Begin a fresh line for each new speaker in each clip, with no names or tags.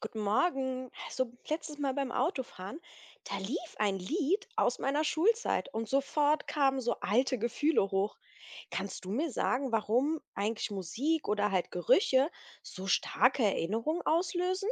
Guten Morgen. So letztes Mal beim Autofahren, da lief ein Lied aus meiner Schulzeit und sofort kamen so alte Gefühle hoch. Kannst du mir sagen, warum eigentlich Musik oder halt Gerüche so starke Erinnerungen auslösen?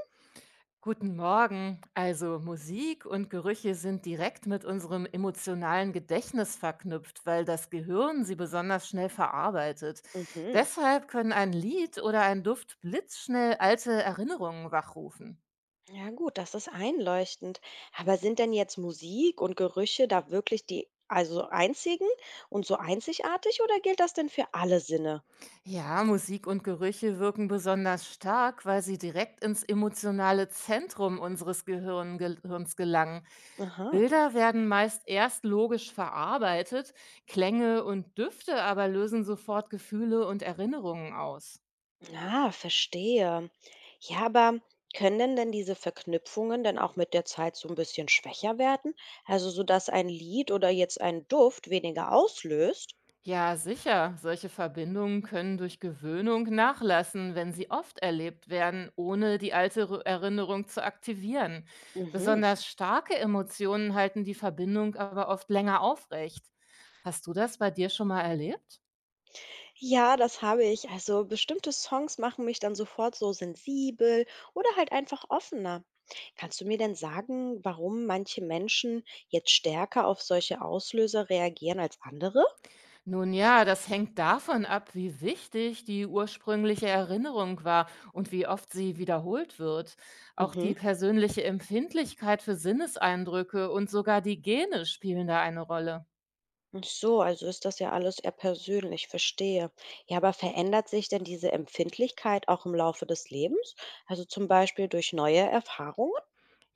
Guten Morgen. Also Musik und Gerüche sind direkt mit unserem emotionalen Gedächtnis verknüpft, weil das Gehirn sie besonders schnell verarbeitet.
Mhm.
Deshalb können ein Lied oder ein Duft blitzschnell alte Erinnerungen wachrufen.
Ja gut, das ist einleuchtend. Aber sind denn jetzt Musik und Gerüche da wirklich die also einzigen und so einzigartig oder gilt das denn für alle Sinne?
Ja, Musik und Gerüche wirken besonders stark, weil sie direkt ins emotionale Zentrum unseres Gehirns gelangen.
Aha.
Bilder werden meist erst logisch verarbeitet, Klänge und Düfte aber lösen sofort Gefühle und Erinnerungen aus.
Ah, verstehe. Ja, aber können denn diese Verknüpfungen dann auch mit der Zeit so ein bisschen schwächer werden? Also, so dass ein Lied oder jetzt ein Duft weniger auslöst?
Ja, sicher, solche Verbindungen können durch Gewöhnung nachlassen, wenn sie oft erlebt werden, ohne die alte Erinnerung zu aktivieren.
Mhm.
Besonders starke Emotionen halten die Verbindung aber oft länger aufrecht. Hast du das bei dir schon mal erlebt?
Ja, das habe ich. Also, bestimmte Songs machen mich dann sofort so sensibel oder halt einfach offener. Kannst du mir denn sagen, warum manche Menschen jetzt stärker auf solche Auslöser reagieren als andere?
Nun ja, das hängt davon ab, wie wichtig die ursprüngliche Erinnerung war und wie oft sie wiederholt wird. Auch
Mhm.
die persönliche Empfindlichkeit für Sinneseindrücke und sogar die Gene spielen da eine Rolle.
Ach so, also ist das ja alles eher persönlich, verstehe. Ja, aber verändert sich denn diese Empfindlichkeit auch im Laufe des Lebens? Also zum Beispiel durch neue Erfahrungen?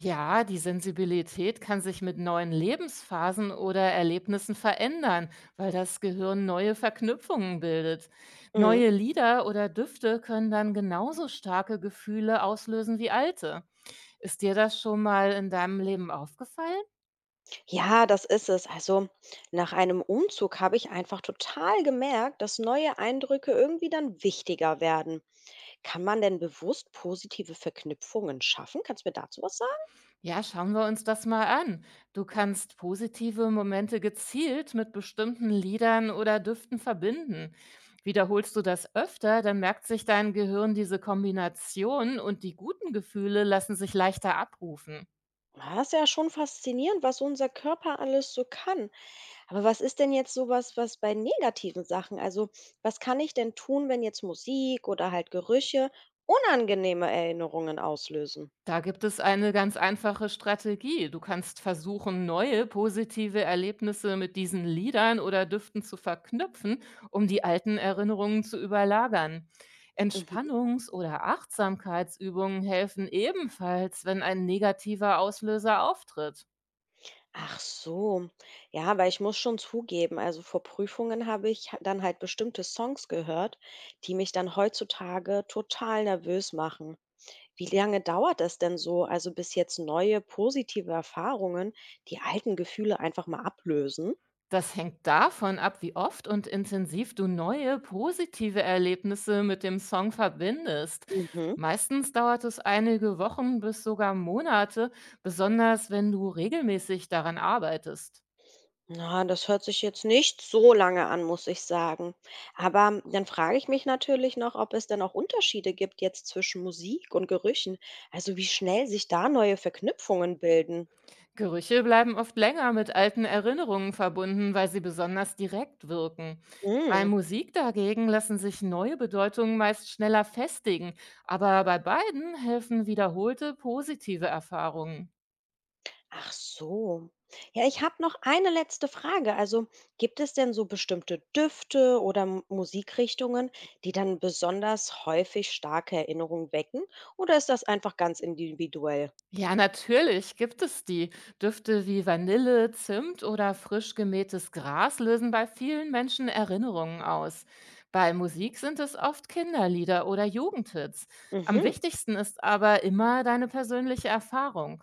Ja, die Sensibilität kann sich mit neuen Lebensphasen oder Erlebnissen verändern, weil das Gehirn neue Verknüpfungen bildet.
Mhm.
Neue Lieder oder Düfte können dann genauso starke Gefühle auslösen wie alte. Ist dir das schon mal in deinem Leben aufgefallen?
Ja, das ist es. Also nach einem Umzug habe ich einfach total gemerkt, dass neue Eindrücke irgendwie dann wichtiger werden. Kann man denn bewusst positive Verknüpfungen schaffen? Kannst du mir dazu was sagen?
Ja, schauen wir uns das mal an. Du kannst positive Momente gezielt mit bestimmten Liedern oder Düften verbinden. Wiederholst du das öfter, dann merkt sich dein Gehirn diese Kombination und die guten Gefühle lassen sich leichter abrufen.
Ah, das ist ja schon faszinierend, was unser Körper alles so kann. Aber was ist denn jetzt sowas, was bei negativen Sachen? Also, was kann ich denn tun, wenn jetzt Musik oder halt Gerüche unangenehme Erinnerungen auslösen?
Da gibt es eine ganz einfache Strategie. Du kannst versuchen, neue positive Erlebnisse mit diesen Liedern oder Düften zu verknüpfen, um die alten Erinnerungen zu überlagern.
Mhm.
Entspannungs- oder Achtsamkeitsübungen helfen ebenfalls, wenn ein negativer Auslöser auftritt.
Ach so. Ja, weil ich muss schon zugeben, also vor Prüfungen habe ich dann halt bestimmte Songs gehört, die mich dann heutzutage total nervös machen. Wie lange dauert es denn so, also bis jetzt neue positive Erfahrungen die alten Gefühle einfach mal ablösen?
Das hängt davon ab, wie oft und intensiv du neue positive Erlebnisse mit dem Song verbindest.
Mhm.
Meistens dauert es einige Wochen bis sogar Monate, besonders wenn du regelmäßig daran arbeitest.
Na, das hört sich jetzt nicht so lange an, muss ich sagen. Aber dann frage ich mich natürlich noch, ob es denn auch Unterschiede gibt jetzt zwischen Musik und Gerüchen. Also wie schnell sich da neue Verknüpfungen bilden.
Gerüche bleiben oft länger mit alten Erinnerungen verbunden, weil sie besonders direkt wirken. Bei
Hm.
Musik dagegen lassen sich neue Bedeutungen meist schneller festigen, aber bei beiden helfen wiederholte positive Erfahrungen.
Ach so. Ja, ich habe noch eine letzte Frage. Also, gibt es denn so bestimmte Düfte oder Musikrichtungen, die dann besonders häufig starke Erinnerungen wecken? Oder ist das einfach ganz individuell?
Ja, natürlich gibt es die. Düfte wie Vanille, Zimt oder frisch gemähtes Gras lösen bei vielen Menschen Erinnerungen aus. Bei Musik sind es oft Kinderlieder oder Jugendhits. Am
Mhm.
wichtigsten ist aber immer deine persönliche Erfahrung.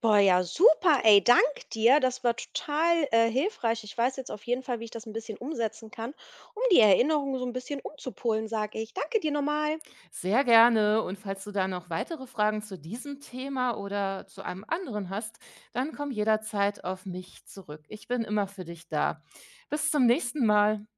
Boah, ja, super, ey, dank dir. Das war total hilfreich. Ich weiß jetzt auf jeden Fall, wie ich das ein bisschen umsetzen kann, um die Erinnerungen so ein bisschen umzupolen, sage ich. Danke dir nochmal.
Sehr gerne. Und falls du da noch weitere Fragen zu diesem Thema oder zu einem anderen hast, dann komm jederzeit auf mich zurück. Ich bin immer für dich da. Bis zum nächsten Mal.